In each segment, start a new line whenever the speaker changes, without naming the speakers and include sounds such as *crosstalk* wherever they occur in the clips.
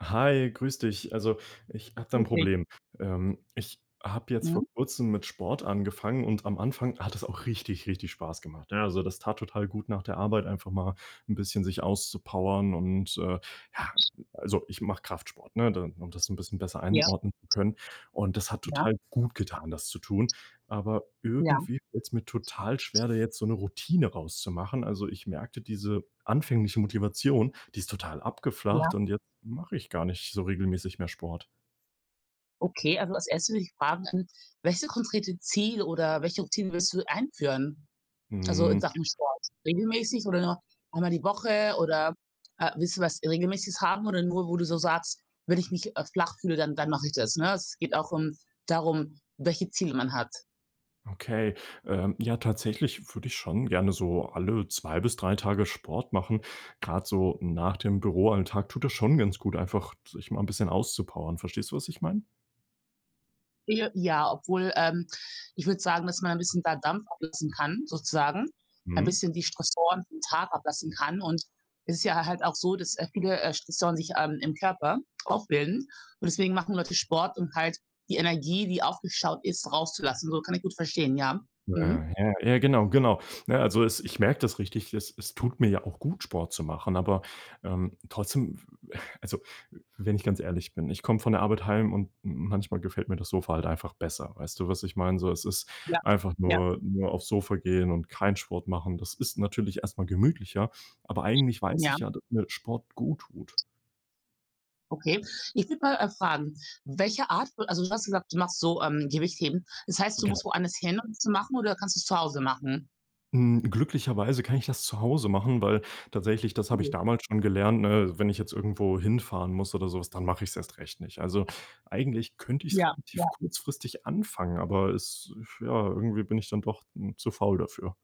Hi, grüß dich. Also, ich habe da ein
Richtig,
Problem. Ich habe jetzt vor
mhm.
Kurzem mit Sport angefangen und am Anfang hat es auch richtig, richtig Spaß gemacht, ne? Also, das tat total gut nach der Arbeit einfach mal ein bisschen sich auszupowern und, ja, also, ich mache Kraftsport, ne, da um das ein bisschen besser
Ja,
einordnen zu können. Und das hat
ja,
total gut getan, das zu tun. Aber
ja,
irgendwie fällt's mir total schwer, da jetzt so 'ne Routine rauszumachen. Also, ich merkte, diese anfängliche Motivation, die ist total
ja.
abgeflacht und jetzt mache ich gar nicht so regelmäßig mehr Sport.
Okay, also als Erstes würde ich fragen, welches konkrete Ziel oder welche Routine willst du einführen? Also in
Hm,
Sachen Sport? Regelmäßig oder nur einmal die Woche oder, willst du was Regelmäßiges haben oder nur, wo du so sagst: „Wenn ich mich, flach fühle, dann mache ich das", ne? Es geht auch, um darum, welche Ziele man hat.
okay. Ja, tatsächlich würde ich schon gerne so alle 2 bis 3 Tage Sport machen. Grad so nach dem Büroalltag tut das schon ganz gut, einfach sich mal 'n bisschen auszupowern. Verstehst du, was ich meine?
Ja, ja, obwohl, ich würde sagen, dass man ein bisschen da Dampf ablassen kann sozusagen, ein
Mhm.
bisschen die Stressoren vom Tag ablassen kann. Und es ist ja halt auch so, dass, viele, Stressoren sich, im Körper aufbilden. Und deswegen machen Leute Sport, um halt die Energie, die aufgestaut ist, rauszulassen. So kann ich gut verstehen, ja.
Äh,
Mhm.
Ja, ja, ja, genau, genau. Ne, also, es ich merke das richtig, es tut mir ja auch gut, Sport zu machen, aber, trotzdem *laughs* also, wenn ich ganz ehrlich bin, ich komme von der Arbeit heim und manchmal gefällt mir das Sofa halt einfach besser. Weißt du, was ich meine? So, es ist
Ja,
einfach
ja,
nur aufs Sofa gehen und keinen Sport machen. Das ist natürlich erstmal gemütlicher, aber eigentlich weiß
ja,
ich ja, dass mir Sport gut tut.
okay. Ich würde mal, fragen, welche Art also, du hast gesagt, du machst so, Gewichtheben. Das heißt, du musst woanders hin, um das zu machen oder kannst du es zu Hause machen?
Glücklicherweise kann ich das zu Hause machen, weil tatsächlich, das habe ich
Mhm.
damals schon gelernt, ne, wenn ich jetzt irgendwo hinfahren muss oder sowas, dann mache ich es erst recht nicht. Also, eigentlich könnte ich es
Ja, ja.
relativ kurzfristig anfangen, aber es ja, irgendwie bin ich dann doch, zu faul dafür.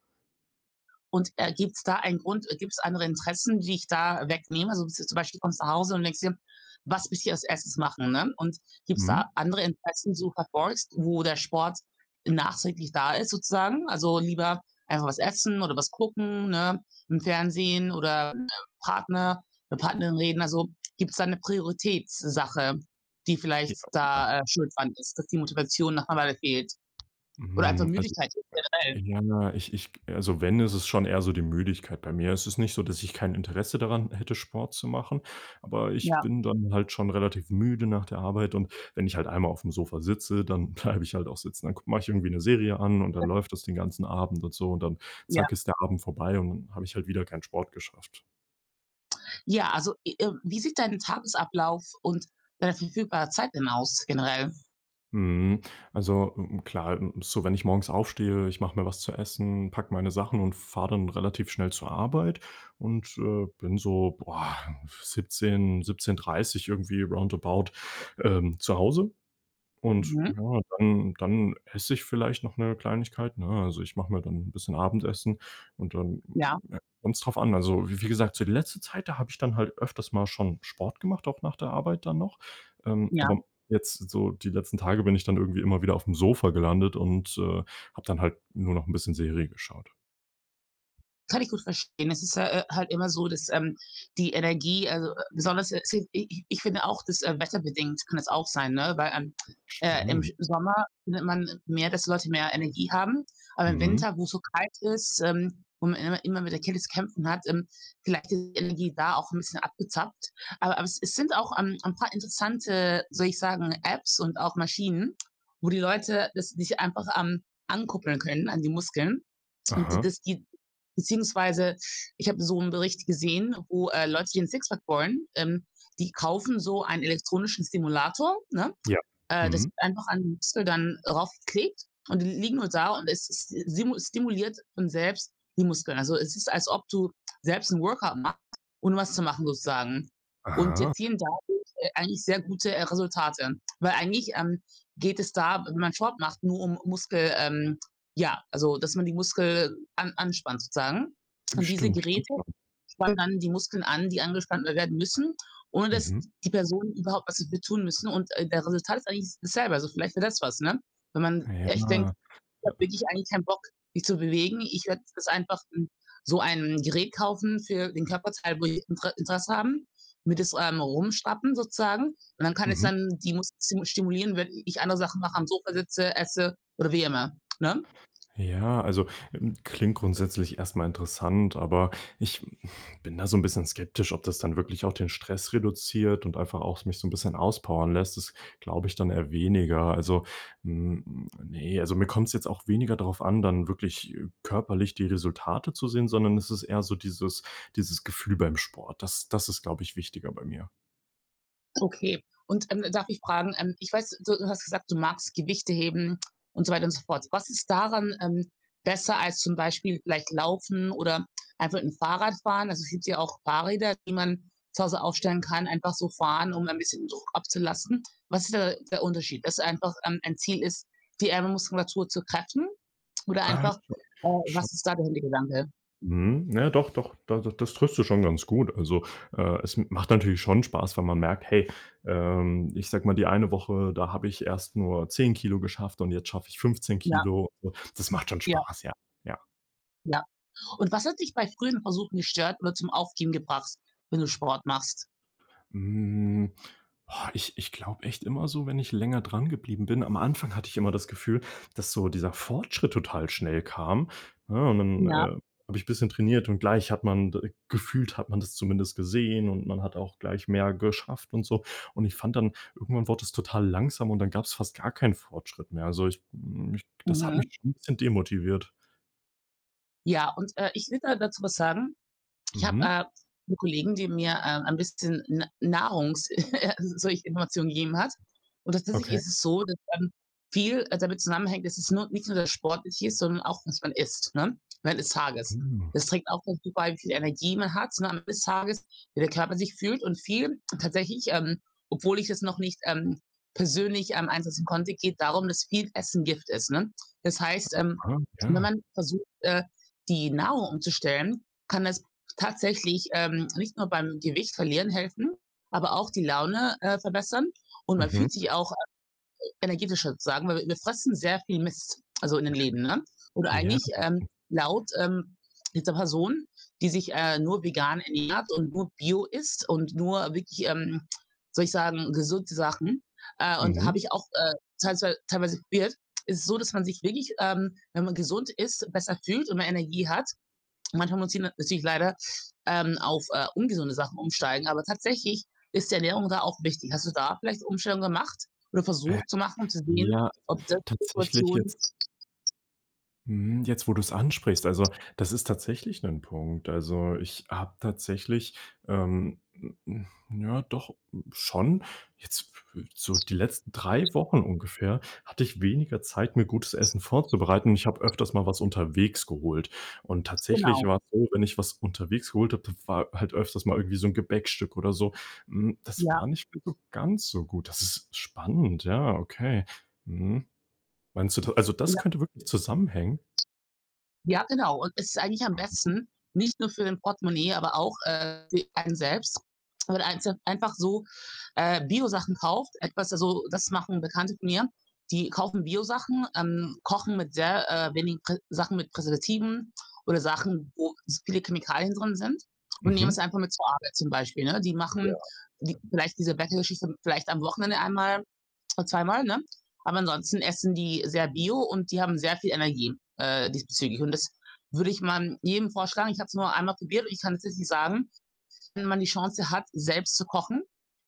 Und gibt es da einen Grund, gibt es andere Interessen, die ich da wegnehme? Also zum Beispiel kommst du nach Hause und denkst dir, was will ich als erstes machen? Ne? Und gibt es
Mhm.
da andere Interessen, die du verfolgst, wo der Sport nachträglich da ist sozusagen? Also lieber einfach was essen oder was gucken, ne? Im Fernsehen oder Partner, mit Partnerin reden. Also gibt es da eine Prioritätssache, die
Ja,
vielleicht
ja.
da schuld dran ist, dass die Motivation nach einer Weile fehlt? Oder einfach
Also,
Müdigkeit generell.
ja, ich also, wenn, ist es schon eher so die Müdigkeit. Bei mir Es ist nicht so, dass ich kein Interesse daran hätte, Sport zu machen, aber ich
Ja,
bin dann halt schon relativ müde nach der Arbeit und wenn ich halt einmal auf dem Sofa sitze, dann *laughs* bleibe ich halt auch sitzen. Dann gu mache ich irgendwie eine Serie an und dann läuft das den ganzen Abend und so und dann
ja.
zack ist der Abend vorbei und dann habe ich halt wieder keinen Sport geschafft.
Ja, also, wie sieht dein Tagesablauf und deine verfügbare Zeit denn aus generell?
Mhm. Also, klar, so wenn ich morgens aufstehe, ich mache mir was zu essen, pack meine Sachen und fahre dann relativ schnell zur Arbeit und, bin so, 17, 17:30 irgendwie roundabout, zu Hause. Und
Mhm.
ja, dann esse ich vielleicht noch eine Kleinigkeit, ne? Also, ich mache mir dann ein bisschen Abendessen und dann
Ja,
kommt es drauf an. Also, wie gesagt, so die letzte Zeit, da habe ich dann halt öfters mal schon Sport gemacht, auch nach der Arbeit dann noch. Ähm,
ja.
aber jetzt so die letzten Tage bin ich dann irgendwie immer wieder auf dem Sofa gelandet und, habe dann halt nur noch ein bisschen Serie geschaut.
Kann ich gut verstehen. Es ist, halt immer so, dass, die Energie also, besonders ich finde auch, das, wetterbedingt kann das auch sein, ne? Weil, im
Stimmt.
Sommer findet man mehr, dass Leute mehr Energie haben, aber im
Mhm.
Winter, wo's so kalt ist, wo man immer mit der Kälte zu kämpfen hat, vielleicht ist die Energie da auch ein bisschen abgezapft. Aber es sind auch, ein paar interessante, soll ich sagen, Apps und auch Maschinen, wo die Leute das sich einfach, ankuppeln können an die Muskeln und d
Aha.
das die beziehungsweise ich habe so 'n Bericht gesehen, wo, Leute, die 'n Sixpack wollen, die kaufen so einen elektronischen Stimulator, ne?
Ja.
Das
Mhm.
wird einfach an den Muskel dann raufgeklebt und die liegen nur da und es es simu stimuliert von selbst die Muskeln. Also, es ist, als ob du selbst 'n Workout machst, ohne was zu machen sozusagen. Und
Aha.
erzielen dadurch, eigentlich sehr gute, Resultate. Weil eigentlich, geht es da, wenn man Sport macht, nur um Muskel ja, also, dass man die Muskel an anspannt sozusagen. Und diese
Stimmt, stimmt
Geräte
schon.
spannen dann die Muskeln an, die angespannt werden müssen, ohne dass
Mhm.
die Personen überhaupt was dafür tun müssen. Und, der Resultat ist eigentlich dasselbe. Also, vielleicht wäre das was, ne? Wenn man echt denkt:
Ja.
„Ich
Äh,
habe wirklich eigentlich keinen Bock, mich zu bewegen. Ich werde das einfach 'n so ein Gerät kaufen für den Körperteil, wo ich Interesse haben, mit das, rumschrappen sozusagen. Und dann kann es
mhm.
dann die Muskeln stimulieren, wenn ich andere Sachen mache, am Sofa sitze, esse oder wie immer", ne?
Ja, also klingt grundsätzlich erstmal interessant, aber ich bin da so ein bisschen skeptisch, ob das dann wirklich auch den Stress reduziert und einfach auch mich so ein bisschen auspowern lässt. Das glaube ich dann eher weniger. Also, ne, also mir kommt es jetzt auch weniger darauf an, dann wirklich, körperlich die Resultate zu sehen, sondern es ist eher so dieses Gefühl beim Sport. Das ist, glaube ich, wichtiger bei mir.
Okay. Und, darf ich fragen, ich weiß, du hast gesagt, du magst Gewichte heben und so weiter und so fort. Was ist daran, besser als zum Beispiel vielleicht Laufen oder einfach ein Fahrrad fahren? Also, es gibt ja auch Fahrräder, die man zu Hause aufstellen kann, einfach so fahren, um ein bisschen Druck abzulassen. Was ist da der Unterschied? Dass einfach, ein Ziel ist, die Ärmelmuskulatur zu kräften oder
Ah,
einfach,
sch
was ist da der Hintergedanke?
Mhm. Ja, doch, doch, da das tröstet schon ganz gut. Also, es macht natürlich schon Spaß, wenn man merkt: „Hey, ich sag mal, die eine Woche, da habe ich erst nur 10 Kilo geschafft und jetzt schaffe ich fünfzehn
Ja,
Kilo Also, das macht schon
ja,
Spaß, ja. Ja.
ja. Und was hat dich bei früheren Versuchen gestört oder zum Aufgeben gebracht, wenn du Sport machst?
Hm, boah, ich ich glaube echt immer so, wenn ich länger dran geblieben bin am Anfang hatte ich immer das Gefühl, dass so dieser Fortschritt total schnell kam, ne? Und dann,
Ja,
habe ich bisschen trainiert und gleich hat man d gefühlt hat man das zumindest gesehen und man hat auch gleich mehr geschafft und so. Und ich fand dann, irgendwann wurde es total langsam und dann gab's fast gar keinen Fortschritt mehr. Also, ich das hat mich
mhm.
schon 'n bisschen demotiviert.
Ja, und, ich will da dazu was sagen. Ich habe,
Mhm.
'ne Kollegin, die mir, ein bisschen Nahrungs *laughs* solche Informationen gegeben hat. Und tatsächlich
Okay.
ist es so, dass, viel, damit zusammenhängt, dass es nur nicht nur das Sportliche ist, sondern auch, was man isst, ne, während des Tages.
Hm,
Das trägt auch dazu bei, wie viel Energie man hat, ne, am Ende des Tages, wie der Körper sich fühlt und viel tatsächlich, obwohl ich das noch nicht, persönlich, einsetzen konnte, geht darum, dass viel Essen Gift ist, ne? Das heißt,
ah,
wenn
ja.
man versucht, die Nahrung umzustellen, kann das tatsächlich nicht nur beim Gewicht verlieren helfen, aber auch die Laune verbessern. Und man
Mhm.
fühlt sich auch energetischer sozusagen, weil wir fressen sehr viel Mist, also in den Läden. Ne? Und
Ja.
eigentlich laut dieser Person, die sich nur vegan ernährt und nur bio isst und nur wirklich, soll ich sagen, gesunde Sachen. Und
Mhm.
habe ich auch teilweise, teilweise probiert, ist es so, dass man sich wirklich, wenn man gesund ist, besser fühlt und mehr Energie hat. Manchmal muss ich natürlich leider auf ungesunde Sachen umsteigen, aber tatsächlich ist die Ernährung da auch wichtig. Hast du da vielleicht Umstellungen gemacht oder versucht zu machen, um zu sehen,
Ja,
ob
also
das
tatsächlich
Situationen
jetzt mhm, jetzt, wo du es ansprichst, also, das ist tatsächlich 'nen Punkt. Also, ich habe tatsächlich, ähm, hm, ja doch, schon jetzt so die letzten 3 Wochen ungefähr hatte ich weniger Zeit, mir gutes Essen vorzubereiten. Ich habe öfters mal was unterwegs geholt. Und tatsächlich
genau,
war's so, wenn ich was unterwegs geholt habe, das war halt öfters mal irgendwie so 'n Gebäckstück oder so. Das
ja.
war nicht mehr so ganz so gut. Das ist spannend, ja, okay. Mhm. Meinst du da, also das
Ja.
könnte wirklich zusammenhängen?
Ja, genau. Und es ist eigentlich am besten, nicht nur für dein Portemonnaie, aber auch, für einen selbst, wenn man einzel einfach so, Biosachen kauft. Etwas also, das machen Bekannte von mir, die kaufen Biosachen, kochen mit sehr, wenigen Prä Sachen mit Präservativen oder Sachen, wo s viele Chemikalien drin sind und nehmen es
Mhm.
einfach mit zur Arbeit zum Beispiel, ne? Die
Ja.
machen die vielleicht diese Bäckergeschichte vielleicht am Wochenende einmal Zweimal, ne? Aber ansonsten essen die sehr bio und die haben sehr viel Energie, diesbezüglich. Und das würde ich mal jedem vorschlagen. Ich habe es nur einmal probiert und ich kann es nicht sagen, wenn man die Chance hat, selbst zu kochen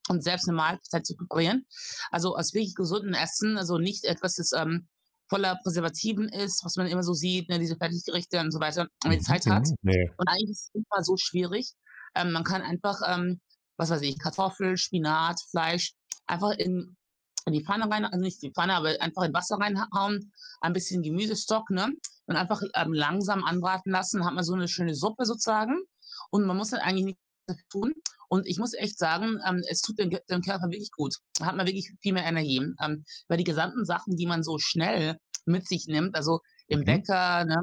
und selbst eine Mahlzeit zu präparieren. Also aus wirklich gesundem Essen, also nicht etwas, das voller Präservativen ist, was man immer so sieht, ne, diese Fertiggerichte und so weiter, wenn man die
Mhm,
Zeit hat.
mhm, ne,
Und eigentlich ist es immer so schwierig. Man kann einfach, was weiß ich, Kartoffel, Spinat, Fleisch einfach in die Pfanne rein, also nicht in die Pfanne, aber einfach in Wasser reinhauen, ein bisschen Gemüsestock, ne? Und einfach langsam anbraten lassen, hat man so eine schöne Suppe sozusagen. Und man muss dann eigentlich tun. Und ich muss echt sagen, es tut dem Körper wirklich gut. Da hat man wirklich viel mehr Energie. Weil die gesamten Sachen, die man so schnell mit sich nimmt, also im
mhm.
Bäcker ne,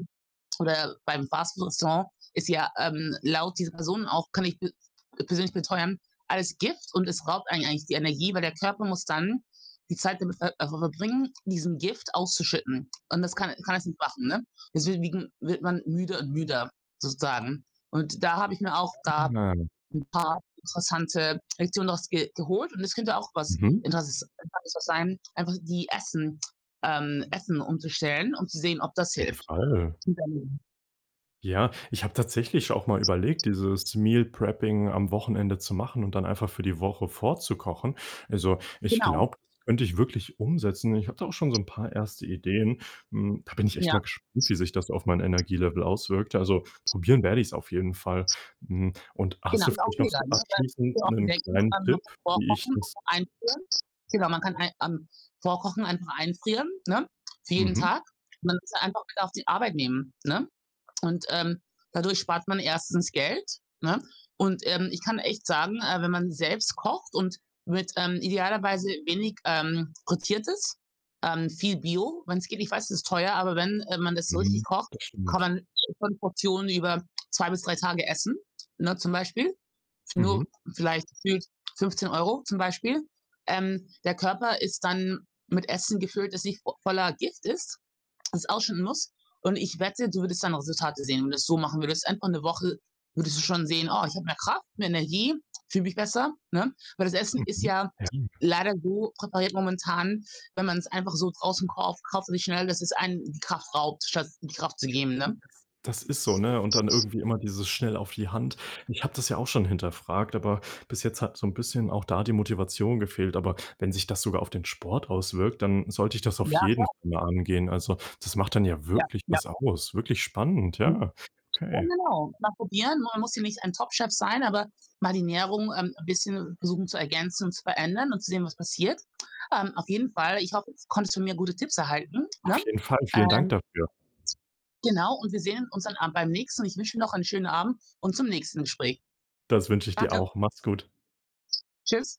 oder beim Fastfood-Restaurant, ist ja laut dieser Person auch, kann ich persönlich beteuern, alles Gift und es raubt einen eigentlich die Energie, weil der Körper muss dann die Zeit damit verbringen, diesen Gift auszuschütten. Und das kann es nicht machen. Ne? Deswegen wird man müder und müder sozusagen. Und da habe ich mir auch, da
Ah,
'n paar interessante Lektionen draus ge geholt und es könnte auch was
mhm.
Interessantes was sein, einfach die Essen umzustellen, um zu sehen, ob das
Auf jeden
hilft.
Fall.
*unintelligible*
Ja, ich habe tatsächlich auch mal überlegt, dieses Meal Prepping am Wochenende zu machen und dann einfach für die Woche vorzukochen. Also, ich
Genau,
glaube, das könnte ich wirklich umsetzen. Ich habe da auch schon so 'n paar erste Ideen. Da bin ich echt
ja,
mal gespannt, wie sich das auf mein Energielevel auswirkt. Also, probieren werde ich's auf jeden Fall. Und
genau.
hast du
Ist auch
vielleicht noch
illegal,
so
ne? Weil
abschließend
wir auch
'nen
bedenken,
kleinen
man
Tipp,
kann
wie ich
vorkochen,
das
einfrieren. Genau, man kann ei vorkochen, einfach einfrieren, ne, für jeden
mhm.
Tag. Man muss einfach wieder auf die Arbeit nehmen, ne? Und dadurch spart man erstens Geld. Ne? Und ich kann echt sagen, wenn man selbst kocht und mit idealerweise wenig frittiertes, viel Bio, wenn es geht, ich weiß, es ist teuer, aber wenn man das so richtig
Mhm,
kocht,
das
kann
stimmt.
man von Portionen über 2 bis 3 Tage essen. Ne, zum Beispiel, für
Mhm,
nur vielleicht gefühlt 15 € zum Beispiel. Der Körper ist dann mit Essen gefüllt, das nicht voller Gift ist, das ausschneiden musst. Und ich wette, du würdest dann Resultate sehen. Wenn du das so machen würdest, einfach eine Woche, würdest du schon sehen, oh, ich habe mehr Kraft, mehr Energie, fühle mich besser. Ne? Weil das Essen ist
mhm.
ja
Ja,
leider so präpariert momentan, wenn man es einfach so draußen kauft, kauft man sich schnell, dass es einen die Kraft raubt, statt die Kraft zu geben. Ne?
das ist so, ne? Und dann irgendwie immer dieses schnell auf die Hand. Ich habe das ja auch schon hinterfragt, aber bis jetzt hat so 'n bisschen auch da die Motivation gefehlt. Aber wenn sich das sogar auf den Sport auswirkt, dann sollte ich das auf
Ja,
jeden Fall mal angehen. Also, das macht dann ja
ja,
wirklich
ja.
was aus. Wirklich spannend, ja.
Ja,
Okay.
genau. Mal probieren. Man muss ja nicht ein Top-Chef sein, aber mal die Nährung, 'n bisschen versuchen zu ergänzen und zu verändern und zu sehen, was passiert. Auf jeden Fall, ich hoffe, du konntest von mir gute Tipps erhalten,
Auf
ne?
jeden Fall.
Äh,
Vielen Dank dafür.
genau, und wir sehen uns dann am beim nächsten ich wünsche dir noch einen schönen Abend und zum nächsten Gespräch.
Das wünsche ich dir
Danke.
auch. Mach's gut.
Tschüss.